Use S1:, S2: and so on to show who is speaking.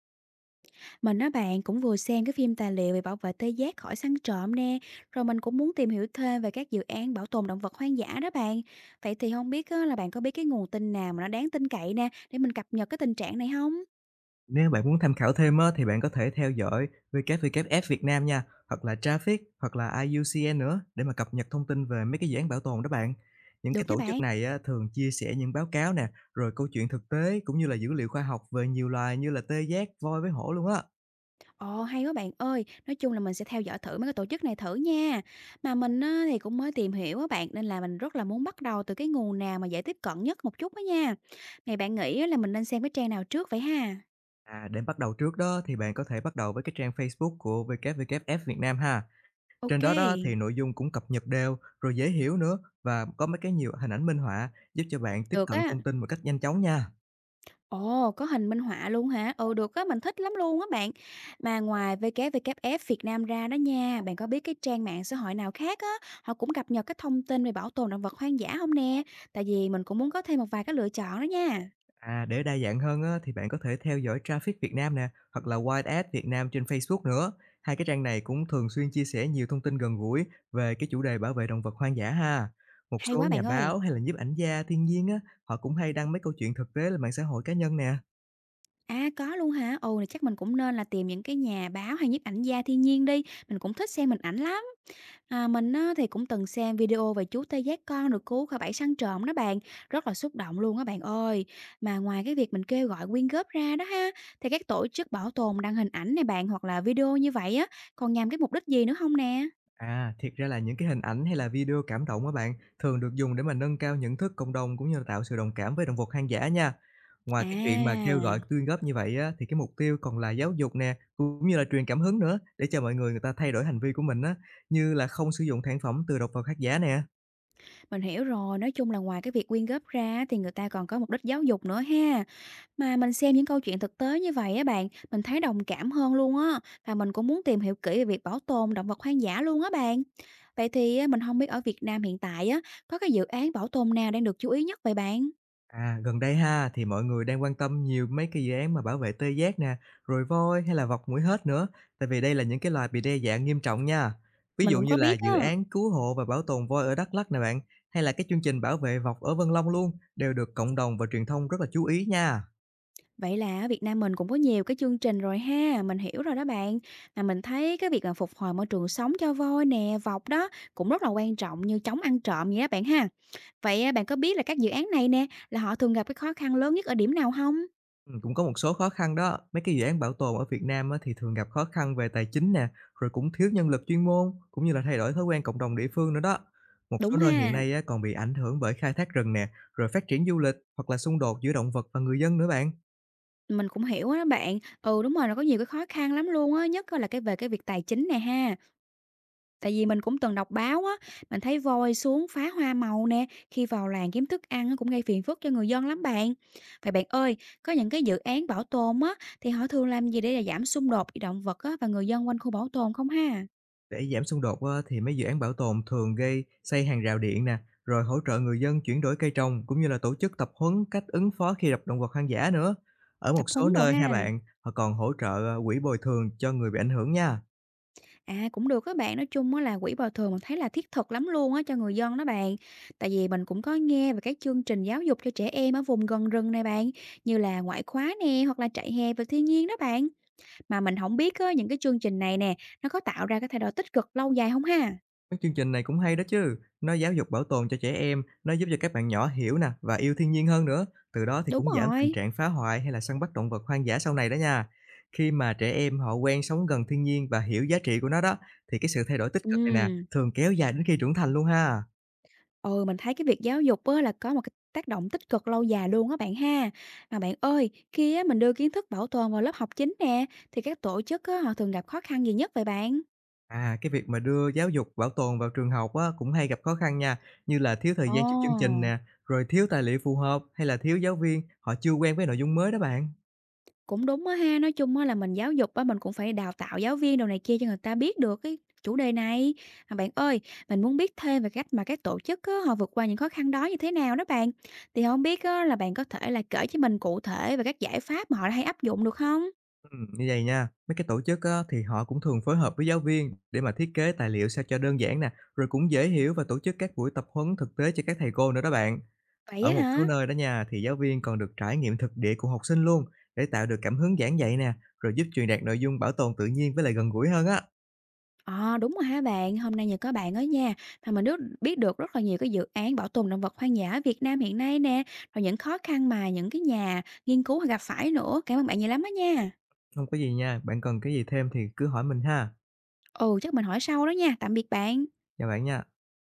S1: Mình á bạn cũng vừa xem cái phim tài liệu về bảo vệ tê giác khỏi săn trộm nè, rồi mình cũng muốn tìm hiểu thêm về các dự án bảo tồn động vật hoang dã đó bạn. Vậy thì không biết á, là bạn có biết cái nguồn tin nào mà nó đáng tin cậy nè để mình cập nhật cái tình trạng này không?
S2: Nếu bạn muốn tham khảo thêm á, thì bạn có thể theo dõi WWF Việt Nam nha, hoặc là Traffic, hoặc là IUCN nữa để mà cập nhật thông tin về mấy cái dự án bảo tồn đó bạn. Những cái
S1: Được nha
S2: tổ chức
S1: bạn.
S2: này á, thường chia sẻ những báo cáo nè, rồi câu chuyện thực tế cũng như là dữ liệu khoa học về nhiều loài như là tê giác, voi với hổ luôn á.
S1: Ồ hay quá bạn ơi, nói chung là mình sẽ theo dõi thử mấy cái tổ chức này thử nha. Mà mình á, thì cũng mới tìm hiểu á bạn nên là mình rất là muốn bắt đầu từ cái nguồn nào mà dễ tiếp cận nhất một chút đó nha. Này bạn nghĩ á, là mình nên xem cái trang nào trước vậy ha?
S2: À, để bắt đầu trước đó thì bạn có thể bắt đầu với cái trang Facebook của WWF Việt Nam ha. Trên
S1: Ok,
S2: đó đó thì nội dung cũng cập nhật đều, rồi dễ hiểu nữa và có mấy cái nhiều hình ảnh minh họa giúp cho bạn tiếp
S1: được
S2: cận
S1: á.
S2: thông tin một cách nhanh chóng nha.
S1: Ồ, có hình minh họa luôn hả? Ừ, được á, mình thích lắm luôn á bạn. Mà ngoài WWF Việt Nam ra đó nha, bạn có biết cái trang mạng xã hội nào khác á, họ cũng cập nhật cái thông tin về bảo tồn động vật hoang dã không nè? Tại vì mình cũng muốn có thêm một vài cái lựa chọn đó nha.
S2: À, để đa dạng hơn á, thì bạn có thể theo dõi Traffic Việt Nam nè, hoặc là Wild Ads Việt Nam trên Facebook nữa. Hai cái trang này cũng thường xuyên chia sẻ nhiều thông tin gần gũi về cái chủ đề bảo vệ động vật hoang dã ha. Một
S1: Hay
S2: số
S1: quá
S2: nhà
S1: bạn ơi.
S2: báo hay là nhiếp ảnh gia thiên nhiên á, họ cũng hay đăng mấy câu chuyện thực tế lên mạng xã hội cá nhân nè.
S1: À có luôn hả? Ồ, thì chắc mình cũng nên là tìm những cái nhà báo hay nhiếp ảnh gia thiên nhiên đi. Mình cũng thích xem hình ảnh lắm. À, mình á, thì cũng từng xem video về chú tê giác con được cứu khỏi bẫy săn trộm đó bạn, rất là xúc động luôn á bạn ơi. Mà ngoài cái việc mình kêu gọi quyên góp ra đó ha, thì các tổ chức bảo tồn đăng hình ảnh này bạn hoặc là video như vậy á, còn nhằm cái mục đích gì nữa không nè?
S2: À, thiệt ra là những cái hình ảnh hay là video cảm động á bạn, thường được dùng để mà nâng cao nhận thức cộng đồng cũng như là tạo sự đồng cảm với động vật hoang dã nha. Ngoài cái chuyện mà kêu
S1: À,
S2: gọi quyên góp như vậy á, thì cái mục tiêu còn là giáo dục nè, cũng như là truyền cảm hứng nữa để cho mọi người người ta thay đổi hành vi của mình á, như là không sử dụng sản phẩm từ động vật hoang dã nè.
S1: mình hiểu rồi, nói chung là ngoài cái việc quyên góp ra thì người ta còn có mục đích giáo dục nữa ha. Mà mình xem những câu chuyện thực tế như vậy á bạn, mình thấy đồng cảm hơn luôn á, và mình cũng muốn tìm hiểu kỹ về việc bảo tồn động vật hoang dã luôn á bạn. Vậy thì á, mình không biết ở Việt Nam hiện tại á, có cái dự án bảo tồn nào đang được chú ý nhất vậy bạn?
S2: À, gần đây ha thì mọi người đang quan tâm nhiều mấy cái dự án mà bảo vệ tê giác nè, rồi voi hay là vọc mũi hết nữa, tại vì đây là những cái loài bị đe dạng nghiêm trọng nha. Ví
S1: Mình
S2: dụ
S1: cũng
S2: như
S1: có
S2: là
S1: biết
S2: dự
S1: á.
S2: án cứu hộ và bảo tồn voi ở Đắk Lắk nè bạn, hay là cái chương trình bảo vệ vọc ở Vân Long luôn, đều được cộng đồng và truyền thông rất là chú ý nha.
S1: Vậy là ở Việt Nam mình cũng có nhiều cái chương trình rồi ha, mình hiểu rồi đó bạn. Mà mình thấy cái việc mà phục hồi môi trường sống cho voi nè, vọc đó cũng rất là quan trọng như chống ăn trộm vậy đó bạn ha. Vậy á, bạn có biết là các dự án này nè, là họ thường gặp cái khó khăn lớn nhất ở điểm nào không?
S2: Cũng có một số khó khăn đó. Mấy cái dự án bảo tồn ở Việt Nam á, thì thường gặp khó khăn về tài chính nè, rồi cũng thiếu nhân lực chuyên môn, cũng như là thay đổi thói quen cộng đồng địa phương nữa đó. Một số
S1: Đúng
S2: nơi hiện
S1: ha.
S2: nay á, còn bị ảnh hưởng bởi khai thác rừng nè, rồi phát triển du lịch hoặc là xung đột giữa động vật và người dân nữa bạn.
S1: Mình cũng hiểu á bạn. Ừ, đúng rồi, nó có nhiều cái khó khăn lắm luôn á, nhất là cái về cái việc tài chính nè ha. Tại vì mình cũng từng đọc báo á, mình thấy voi xuống phá hoa màu nè, khi vào làng kiếm thức ăn á, cũng gây phiền phức cho người dân lắm bạn. Vậy bạn ơi, có những cái dự án bảo tồn á, thì họ thường làm gì để là giảm xung đột giữa động vật á và người dân quanh khu bảo tồn không ha?
S2: Để giảm xung đột á, thì mấy dự án bảo tồn thường gây xây hàng rào điện nè, rồi hỗ trợ người dân chuyển đổi cây trồng cũng như là tổ chức tập huấn cách ứng phó khi gặp động vật hoang dã nữa. Ở một
S1: Tập
S2: số
S1: huấn đồ
S2: nơi ha
S1: ha.
S2: bạn, họ còn hỗ trợ quỹ bồi thường cho người bị ảnh hưởng nha.
S1: À, cũng được các bạn, nói chung á là quỹ bồi thường mình thấy là thiết thực lắm luôn á cho người dân đó bạn. Tại vì mình cũng có nghe về các chương trình giáo dục cho trẻ em ở vùng gần rừng này bạn, như là ngoại khóa nè hoặc là trại hè về thiên nhiên đó bạn. Mà mình không biết á những cái chương trình này nè, nó có tạo ra cái thay đổi tích cực lâu dài không ha?
S2: Các chương trình này cũng hay đó chứ, nó giáo dục bảo tồn cho trẻ em, nó giúp cho các bạn nhỏ hiểu nè và yêu thiên nhiên hơn nữa, từ đó thì
S1: Đúng
S2: cũng giảm tình
S1: rồi.
S2: trạng phá hoại hay là săn bắt động vật hoang dã sau này đó nha. Khi mà trẻ em họ quen sống gần thiên nhiên và hiểu giá trị của nó đó, thì cái sự thay đổi tích cực này nè,
S1: Ừm.
S2: thường kéo dài đến khi trưởng thành luôn ha.
S1: Ừ, mình thấy cái việc giáo dục á là có một cái tác động tích cực lâu dài luôn á bạn ha. Mà bạn ơi, khi á mình đưa kiến thức bảo tồn vào lớp học chính nè thì các tổ chức á họ thường gặp khó khăn gì nhất vậy bạn?
S2: À, cái việc mà đưa giáo dục bảo tồn vào trường học á, cũng hay gặp khó khăn nha, như là thiếu thời gian cho chương trình
S1: Ồ,
S2: nè, rồi thiếu tài liệu phù hợp hay là thiếu giáo viên, họ chưa quen với nội dung mới đó bạn.
S1: cũng đúng á ha, nói chung á là mình giáo dục á, mình cũng phải đào tạo giáo viên đồ này kia cho người ta biết được cái chủ đề này. À, bạn ơi, mình muốn biết thêm về cách mà các tổ chức á, họ vượt qua những khó khăn đó như thế nào đó bạn. Thì không biết á, là bạn có thể là kể cho mình cụ thể về các giải pháp mà họ hay áp dụng được không?
S2: Như vậy nha, mấy cái tổ chức á, thì họ cũng thường phối hợp với giáo viên để mà thiết kế tài liệu sao cho đơn giản nè, rồi cũng dễ hiểu và tổ chức các buổi tập huấn thực tế cho các thầy cô nữa đó bạn.
S1: Vậy
S2: Ở
S1: á
S2: một số
S1: hả?
S2: nơi đó nha, thì giáo viên còn được trải nghiệm thực địa của học sinh luôn, để tạo được cảm hứng giảng dạy nè, rồi giúp truyền đạt nội dung bảo tồn tự nhiên với lại gần gũi hơn á.
S1: Ờ đúng rồi hả bạn, hôm nay nhờ có bạn đó nha mà mình được biết được rất là nhiều cái dự án bảo tồn động vật hoang dã ở Việt Nam hiện nay nè, rồi những khó khăn mà những cái nhà nghiên cứu họ gặp phải nữa. Cảm ơn bạn nhiều lắm á nha.
S2: Không có gì nha, bạn cần cái gì thêm thì cứ hỏi mình ha.
S1: Ừ, chắc mình hỏi sau đó nha. Tạm biệt bạn.
S2: Chào bạn nha.